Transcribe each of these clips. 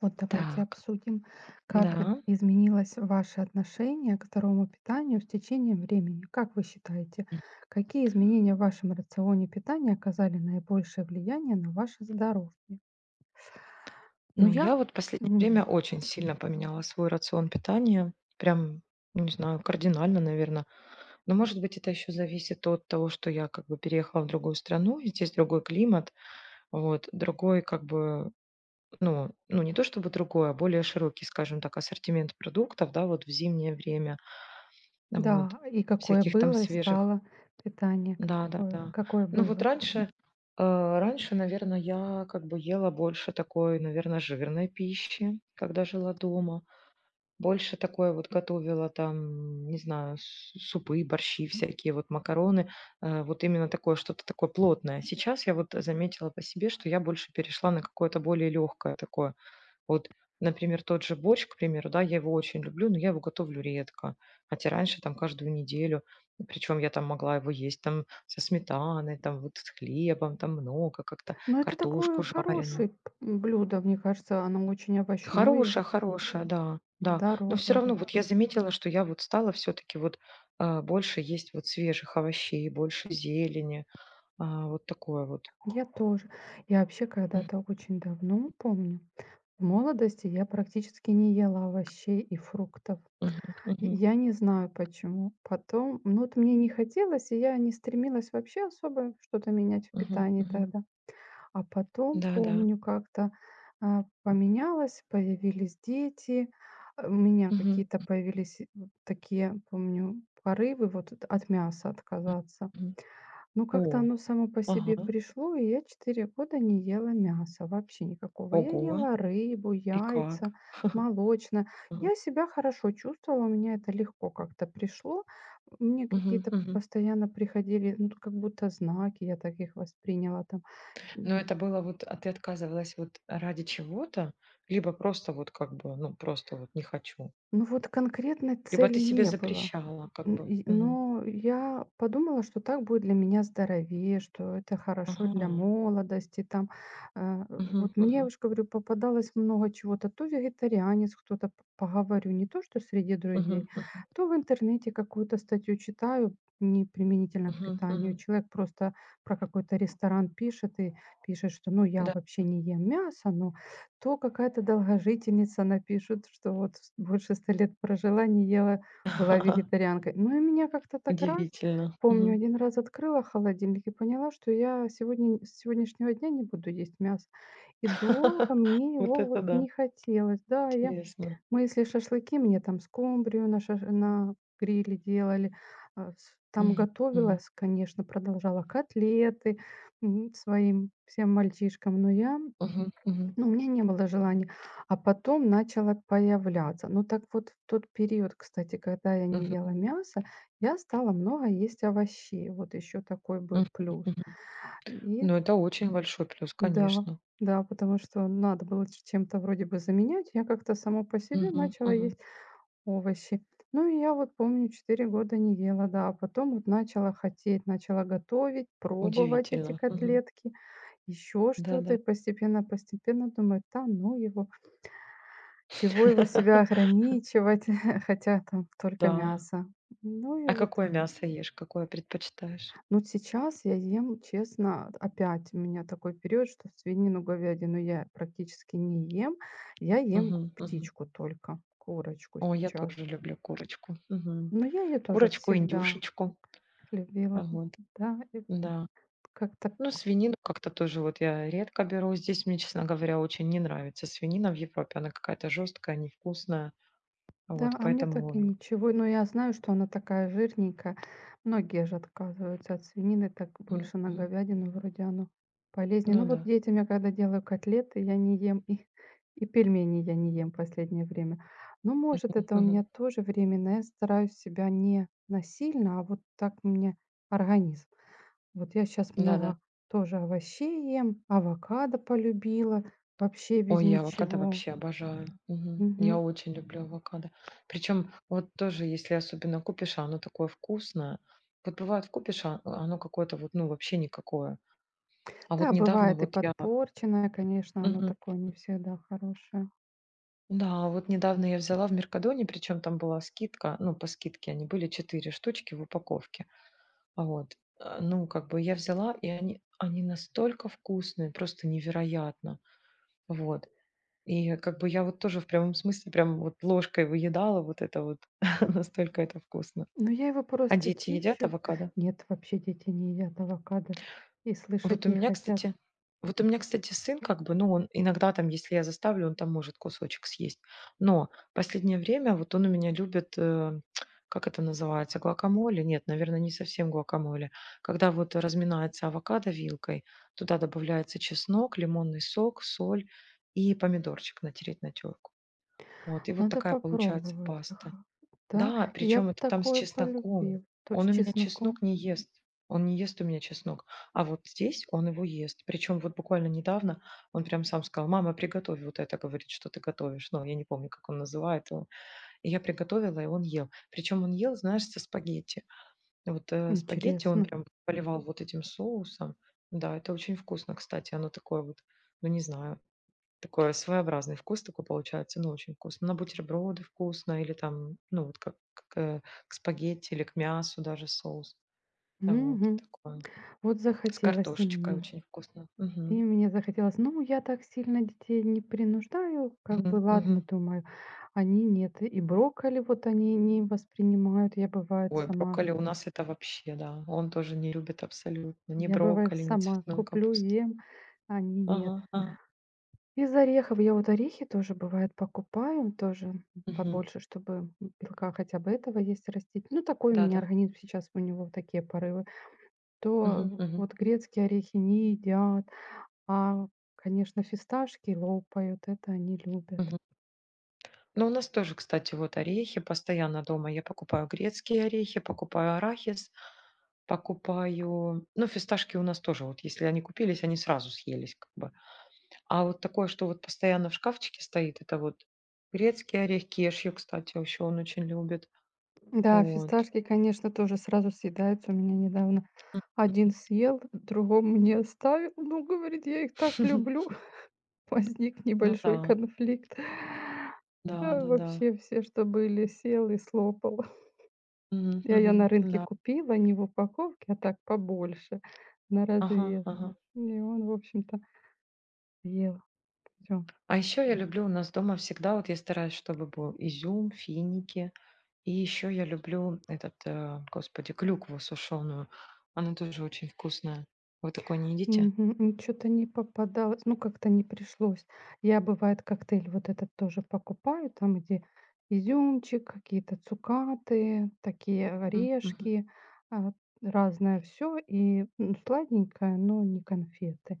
Вот давайте Так, обсудим, да. как изменилось ваше отношение к здоровому питанию с течением времени. Как вы считаете, М. какие изменения в вашем рационе питания оказали наибольшее влияние на ваше здоровье? Ну, Ну, я, я вот в последнее время м, очень сильно поменяла свой рацион питания. Прям, не знаю, кардинально, наверное. Но, может быть, это еще зависит от того, что я как бы переехала в другую страну, и здесь другой климат, вот, другой как бы, ну, не то чтобы другой, а более широкий, скажем так, ассортимент продуктов, да, вот в зимнее время. Вот. да, и какое Всяких там было, и свежих. стало питание, Да, да, какое, да. какое Ну вот было. раньше, наверное, я как бы ела больше такой, наверное, жирной пищи, когда жила дома. Больше такое вот готовила там, не знаю, с супы, борщи всякие, вот макароны. Вот именно такое, что-то такое плотное. Сейчас я вот заметила по себе, что я больше перешла на какое-то более легкое такое. Вот, например, тот же борщ, к примеру, да, я его очень люблю, но я его готовлю редко. Хотя раньше там каждую неделю, причем я там могла его есть там со сметаной, там вот с хлебом, там много как-то, Но это картошку такое жареную. хорошее блюдо, мне кажется, оно очень овощное, Хорошая, хорошая, да, да. Но все здоровое. Да. равно вот я заметила, что я вот стала все-таки вот больше есть вот свежих овощей, больше зелени, вот такое вот. Я тоже. Я вообще Мгм, когда-то очень давно помню, в молодости я практически не ела овощей и фруктов. мгм, И мгм, я не знаю почему. Потом, ну вот мне не хотелось, и я не стремилась вообще особо что-то менять в мгм, питании мгм. тогда. А потом, Да, да. помню, как-то поменялось, появились дети, у меня Мгм, какие-то появились такие, помню, порывы вот от мяса мгм, отказаться. мгм. Ну, как-то О, оно само по ага. себе пришло, и я 4 года не ела мяса вообще никакого. Я Ого! ела рыбу, И яйца, как? молочное. Мгм. Я себя хорошо чувствовала, у меня это легко как-то пришло. Мне Мгм, какие-то мгм. постоянно приходили, ну, как будто знаки, я так их восприняла там. Но это было вот, а ты отказывалась вот ради чего-то, либо просто вот как бы, ну, просто вот не хочу, Ну, вот конкретной либо цели ты себе не было. запрещала как бы? Мгм. Но я подумала, что так будет для меня здоровее, что это хорошо Ага. для молодости там. Мгм, Вот мне, я мгм, уж говорю, попадалось много чего-то. То вегетарианец, кто-то п поговорю, не то что среди друзей, мгм, мгм, то в интернете какую-то статью читаю, не применительно к мгм, питанию. мгм. Человек просто про какой-то ресторан пишет и пишет, что, ну, я Да. вообще не ем мясо, но то какая-то долгожительница напишет, что вот с больше ста лет прожила, не ела была вегетарианкой. Ну и меня как-то так раз, Удивительно. помню, Мгм. один раз открыла холодильник и поняла, что я сегодня с сегодняшнего дня не буду есть мясо. И долго мне Вот его вот это да, не хотелось. Да, я интересно. мы если шашлыки, мне там скумбрию на шаш на гриле делали, а, с там Мгм, мгм, готовилась, конечно, продолжала котлеты, своим всем мальчишкам, но я мгм, мгм, ну, у меня не было желания, а потом начало появляться. Ну, так вот в тот период, кстати, когда я не мгм, ела мясо, я стала много есть овощей. Вот еще такой был мгм, плюс. мгм. И Ну, это очень большой плюс, да, конечно. да, потому что надо было чем-то вроде бы заменять. Я как-то само по себе Мгм, начала мгм. есть овощи. Ну, и я вот помню, 4 года не ела, да, а потом вот начала хотеть, начала готовить, пробовать эти Удивительно. Мгм. котлетки, еще что-то, Да-да. и постепенно-постепенно думаю, да, ну его, чего его себя ограничивать, хотя там только Да. мясо. Ну и А вот. какое мясо ешь? Какое предпочитаешь? Ну, сейчас я ем, честно, опять у меня такой период, что свинину, говядину я практически не ем. Я ем Мгм, мгм. птичку только, курочку Ой, я сейчас. тоже люблю курочку. Мгм. Но я ее тоже Курочку, всегда индюшечку. А, любила, вот. да, и Да. как-то. Ну, свинину как-то тоже вот я редко беру. Здесь мне, честно говоря, очень не нравится свинина в Европе. Она какая-то жесткая, невкусная. Да, Вот, а мне так поэтому и и. ничего. Но я знаю, что она такая жирненькая. Многие же отказываются от свинины, так Мгм, больше на мгм. говядину, вроде оно полезнее. Ну Ну вот да. детям я когда делаю котлеты, я не ем, и пельмени я не ем в последнее время. Ну, может, Мгм, это у меня мгм. тоже временно. Я стараюсь себя не насильно, а вот так мне организм. Вот я сейчас Да-да. много тоже овощей ем, авокадо полюбила, вообще без Ой, я авокадо ничего. вообще обожаю. Мгм. Я Мгм. очень люблю авокадо. Причем вот тоже, если особенно купишь, а оно такое вкусное. Вот бывает, купишь, а, оно какое-то вот, ну, вообще никакое. А вот Да, недавно бывает и вот я. подпорченное, конечно, оно Мгм. такое не всегда хорошее. Да, вот недавно я взяла в Меркадоне, причем там была скидка, ну, по скидке они были 4 штучки в упаковке. А, вот. Ну, как бы я взяла, и они настолько вкусные, просто невероятно. Вот. И как бы я вот тоже в прямом смысле прям вот ложкой выедала вот это вот, настолько это вкусно. Но я его А просто дети едят чищу. авокадо? Нет, вообще дети не едят авокадо и Вот слышать у не меня, хотят. кстати вот у меня, кстати, сын как бы, ну, он иногда там, если я заставлю, он там может кусочек съесть. Но последнее время вот он у меня любит, как это называется, гуакамоле? Нет, наверное, не совсем гуакамоле. Когда вот разминается авокадо вилкой, туда добавляется чеснок, лимонный сок, соль и помидорчик натереть на терку. Вот, и вот Надо такая получается попробовать. паста. Ага. Да, Да, я причем бы это там с такое чесноком. полюбил. То с Он у меня чеснок чесноком. не ест. Он не ест у меня чеснок. А вот здесь он его ест. Причем вот буквально недавно он прям сам сказал: мама, приготовь вот это, говорит, что ты готовишь. Ну, я не помню, как он называет его. И я приготовила, и он ел. Причем он ел, знаешь, со спагетти. Вот спагетти он Интересно. прям поливал вот этим соусом. Да, это очень вкусно, кстати. Оно такое вот, ну, не знаю, такой своеобразный вкус такой получается, ну, очень вкусно. На бутерброды вкусно или там, ну, вот как к спагетти или к мясу даже соус. Вот Мгм. такое. Вот С захотелось и картошечкой мне. очень вкусно. И Мгм. мне захотелось. Ну, я так сильно детей не принуждаю, как бы, Мгм. ладно, Мгм. думаю. Они нет. И брокколи вот они не воспринимают. Я бывает Ой, сама брокколи у нас это вообще, да. Он тоже не любит абсолютно ни Я бывает брокколи, ни сама цветную куплю, капусту. ем, а они Ага, нет. ага. Из орехов я вот орехи тоже бывает покупаю, тоже Мгм. побольше, чтобы белка хотя бы этого есть растить. Ну, такой у меня Да-да. организм сейчас, у него такие порывы. Мгм. То Мгм. вот грецкие орехи не едят, а, конечно, фисташки лопают, это они любят. Мгм. Ну, у нас тоже, кстати, вот орехи постоянно дома. Я покупаю грецкие орехи, покупаю арахис. Покупаю, ну, фисташки у нас тоже вот, если они купились, они сразу съелись как бы. А вот такое, что вот постоянно в шкафчике стоит, это вот грецкий орех, кешью, кстати, еще он очень любит. Да, Вот. фисташки, конечно, тоже сразу съедаются. У меня недавно один съел, другому не оставил. Ну, говорит, я их так люблю. Возник Ну небольшой да, конфликт. Да-да-да. Вообще все, что были, сел и слопал. Мгм, Я её мгм, на рынке да. купила, не в упаковке, а так побольше, на Ага, развес. ага. И он, в общем-то, ел все. А еще я люблю у нас дома всегда, вот я стараюсь, чтобы был изюм, финики. И еще я люблю этот, господи, клюкву сушеную. Она тоже очень вкусная. Вы такое не едите? Мгм. То не попадалось, ну, как-то не пришлось. Я, бывает, коктейль вот этот тоже покупаю, там, где изюмчик, какие-то цукаты, такие Мгм. орешки, а, разное все и, сладенькое, но не конфеты.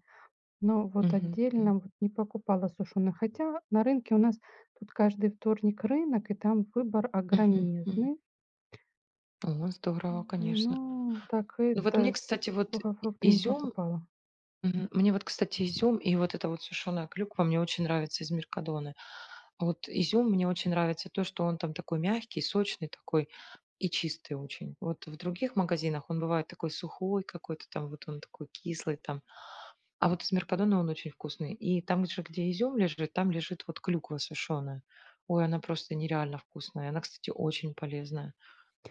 Но вот Мгм, м, отдельно вот не покупала сушеных, хотя на рынке у нас тут каждый вторник рынок, и там выбор мгм, м. огромезный. О, здорово, конечно. Ну, так Ну вот мне, это кстати, вот и сухофрукты не изюм. покупала. Мгм. Мне вот, кстати, изюм и вот эта вот сушеная клюква мне очень нравится из «Меркадоны». А вот изюм мне очень нравится то, что он там такой мягкий, сочный такой и чистый очень. Вот в других магазинах он бывает такой сухой какой-то там, вот он такой кислый там. А вот из «Меркадона» он очень вкусный. И там же, где изюм лежит, там лежит вот клюква сушеная. Ой, она просто нереально вкусная. Она, кстати, очень полезная.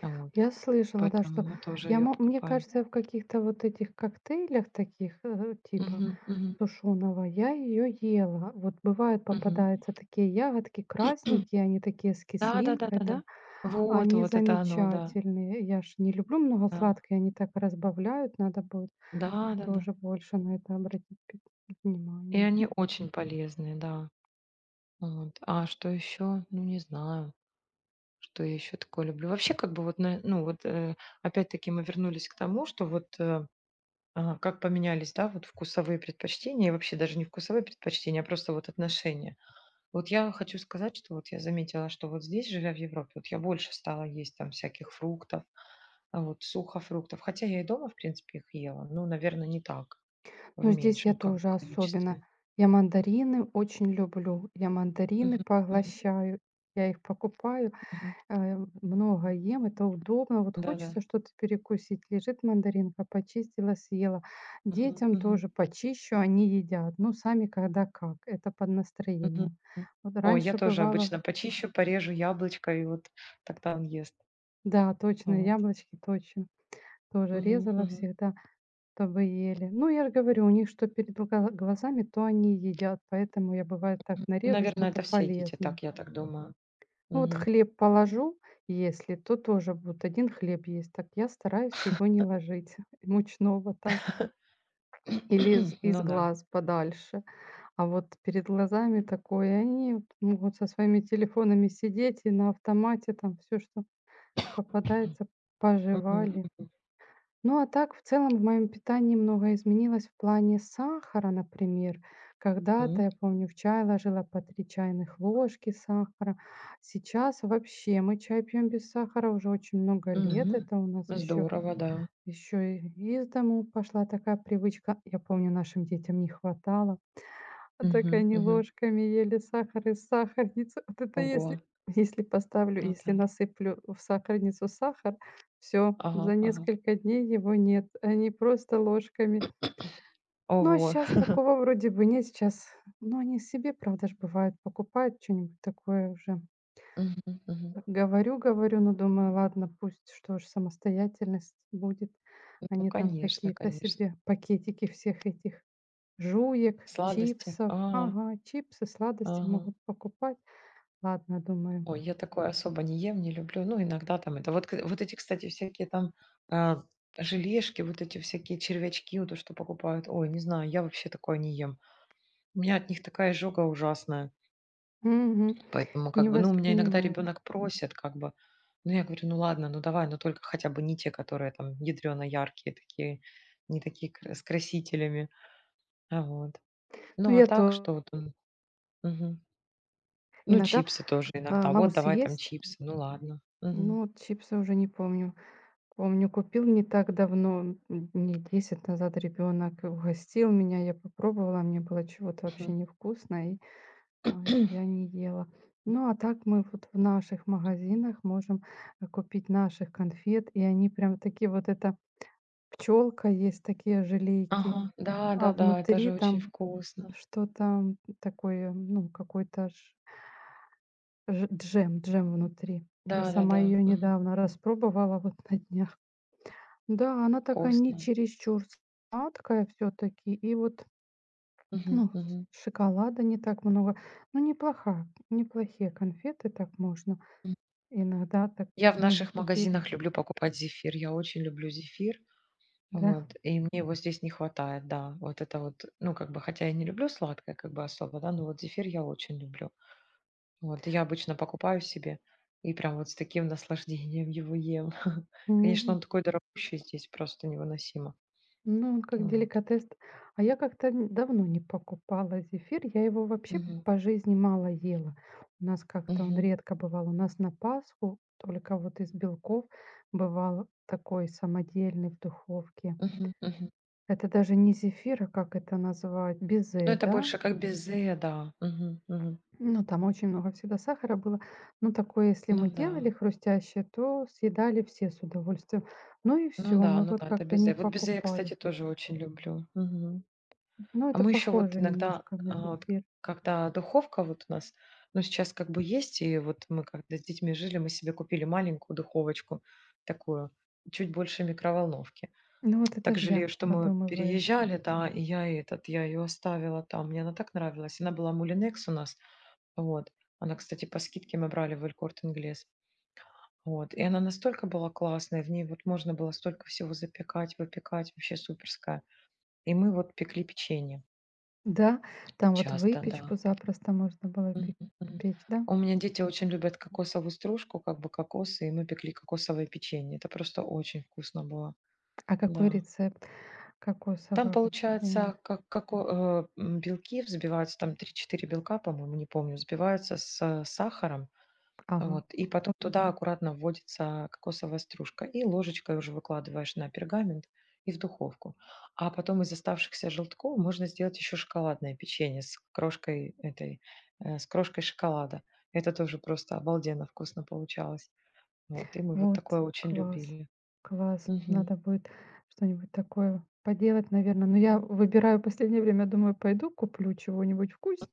Вот. Я слышала, да, Поэтому что мы тоже я ее мо мне покупаем. кажется, в каких-то вот этих коктейлях таких, типа Мгм, мгм, сушеного, я ее ела. Вот бывает мгм. попадаются такие ягодки красненькие, они такие с кислинкой, да. Да-да-да-да-да. Вот Они вот это оно, да. замечательные. Я ж не люблю много Да. сладкое, они так разбавляют. Надо будет Да-да-да. тоже больше на это обратить И внимание. они очень полезные, да. Вот. А что еще. Ну, не знаю, что я еще такое люблю. Вообще, как бы, вот, на ну, вот, опять-таки мы вернулись к тому, что вот, как поменялись, да, вот вкусовые предпочтения, и вообще даже не вкусовые предпочтения, а просто вот отношения. Вот я хочу сказать, что вот я заметила, что вот здесь, живя в Европе, вот я больше стала есть там всяких фруктов, а, вот сухофруктов. Хотя я и дома, в принципе, их ела, но, наверное, не так, в Но здесь я меньшем как бы тоже количестве. особенно. Я мандарины очень люблю. Я мандарины Мгм, мгм, поглощаю. Я их покупаю, мгм. э, много ем, это удобно. Вот Да-да. хочется что-то перекусить. Лежит мандаринка, почистила, съела. Мгм, Детям мгм, тоже почищу, они едят. Ну, сами когда как. Это под мгм, настроение. м. Вот Ой, я раньше тоже бывало. обычно почищу, порежу яблочко, и вот тогда он ест. Да, точно, Вот. яблочки точно. Тоже Мгм, резала мгм. всегда, чтобы ели. Ну, я же говорю, у них что перед глазами, то они едят, поэтому я бывает так нарежу Наверно, что-то это все дети полезное. так, я так думаю. Ну, вот Мгм. хлеб положу, если, то тоже вот один хлеб есть, так я стараюсь его не ложить, мучного там, или из, из Ну да. глаз подальше. А вот перед глазами такое, они вот могут со своими телефонами сидеть и на автомате там все, что попадается, Мгм, пожевали. мгм. Ну, а так, в целом, в моем питании многое изменилось в плане сахара, например. Когда-то, М. я помню, в чай ложила по 3 чайных ложки сахара. Сейчас вообще мы чай пьем без сахара уже очень много лет. М. Это у нас еще Здорово, да. еще и из дому пошла такая привычка. Я помню, нашим детям не хватало. А так Мгм, они мгм. ложками ели сахар из сахарницы. Вот это Ого. если поставлю, Ну если да. насыплю в сахарницу сахар, все Ага, за ага. несколько дней его нет. Они просто ложками. Ну, а Ого. сейчас такого вроде бы нет. Сейчас. Но они себе, правда ж, бывает, покупают что-нибудь такое уже. Мгм, мгм. Говорю, но думаю, ладно, пусть, что ж, самостоятельность будет. Ну, Они там конечно, какие-то конечно. себе пакетики всех этих жуек, Сладости. чипсов. А, Ага, чипсы, сладости ага. могут покупать. Ладно, думаю. Ой, я такое особо не ем, не люблю. Ну, иногда там это. Вот, вот эти, кстати, всякие там а, желешки, вот эти всякие червячки, вот то, что покупают. Ой, не знаю, я вообще такое не ем. У меня от них такая изжога ужасная. Мгм. Поэтому Не как бы, ну, у меня иногда воспринимает. ребенок просит, как бы, ну, я говорю, ну, ладно, ну, давай, но только хотя бы не те, которые там ядрено яркие такие, не такие с красителями. А, вот. Ну, Ну, а я так, то что вот он. Мгм. Ну, иногда, чипсы тоже иногда. могу Вот, давай там съесть, чипсы. Ну ладно. Мгм. но вот чипсы уже не помню. Помню, купил не так давно, дней 10 назад. Ребенок угостил меня, я попробовала, мне было чего-то вообще Мгм. невкусно, и, а, я не ела. Ну, а так мы вот в наших магазинах можем, купить наших конфет, и они прям такие вот это Пчелка, есть такие желейки, Ага. а Да-да-да, это внутри же очень там вкусно. что-то такое, ну, какой-то ж ж джем джем внутри. Я сама Да-да-да. ее Мгм. недавно распробовала, вот на днях. Да, она такая не Вкусно. чересчур сладкая все таки и вот, Мгм. ну, Мгм. с шоколада не так много. Ну, неплоха неплохие конфеты, так можно. М. Иногда так Я в помню наших купили, магазинах люблю покупать зефир. Я очень люблю зефир. да. Вот. И мне его здесь не хватает, да. Вот это вот, ну, как бы, хотя я не люблю сладкое, как бы, особо, да, но вот зефир я очень люблю. Вот. И я обычно покупаю себе и прям вот с таким наслаждением его ем. Конечно, он М. такой дорогущий здесь, просто невыносимо. Ну, он как Вот. деликатес. А я как-то н давно не покупала зефир. Я его вообще Мгм. по жизни мало ела. У нас как-то он Мгм. редко бывал. У нас на Пасху только вот из белков бывал такой самодельный в духовке. Мгм. Мгм. Это даже не зефир, а как это назвать? Ну, Безе, это да? больше как безе, да. Мгм. Мгм. Ну, там очень много всегда сахара было. Ну, такое, если Ну мы да. делали хрустящее, то съедали все с удовольствием. Ну и Ну все, да, мы ну вот да, это как-то безе. не Вот безе я, покупали. кстати, тоже очень люблю. Мгм. Ну, А это мы еще вот похоже иногда, немножко на вот зефир. когда духовка вот у нас, ну, сейчас как бы есть, и вот мы когда с детьми жили, мы себе купили маленькую духовочку такую, чуть больше микроволновки. Ну, вот это Так ж жалею, я что мы подумываю. переезжали, да, и я ее оставила там, мне она так нравилась. Она была Мулинекс у нас. Вот. Она, кстати, по скидке мы брали в Элькорт Инглес. Вот. И она настолько была классная, в ней вот можно было столько всего запекать, выпекать, вообще суперская. И мы вот пекли печенье Да, там вот часто, да. выпечку запросто можно было Мгм, пе мгм. печь, да? У меня дети очень любят кокосовую стружку, как бы кокосы, и мы пекли кокосовое печенье. Это просто очень вкусно было, А какой да. рецепт Там кокосового получается, печенья? как, белки взбиваются, там три-четыре белка, по-моему, не помню, взбиваются с сахаром. Ага, Вот, и потом туда аккуратно вводится кокосовая стружка, и ложечкой уже выкладываешь на пергамент и в духовку. А потом из оставшихся желтков можно сделать еще шоколадное печенье с крошкой шоколада. Это тоже просто обалденно вкусно получалось. Вот, и мы вот вот такое очень класс, любили. класс. Мгм. Надо будет что-нибудь такое поделать, наверное. Но я выбираю в последнее время, думаю, пойду куплю чего-нибудь вкусненького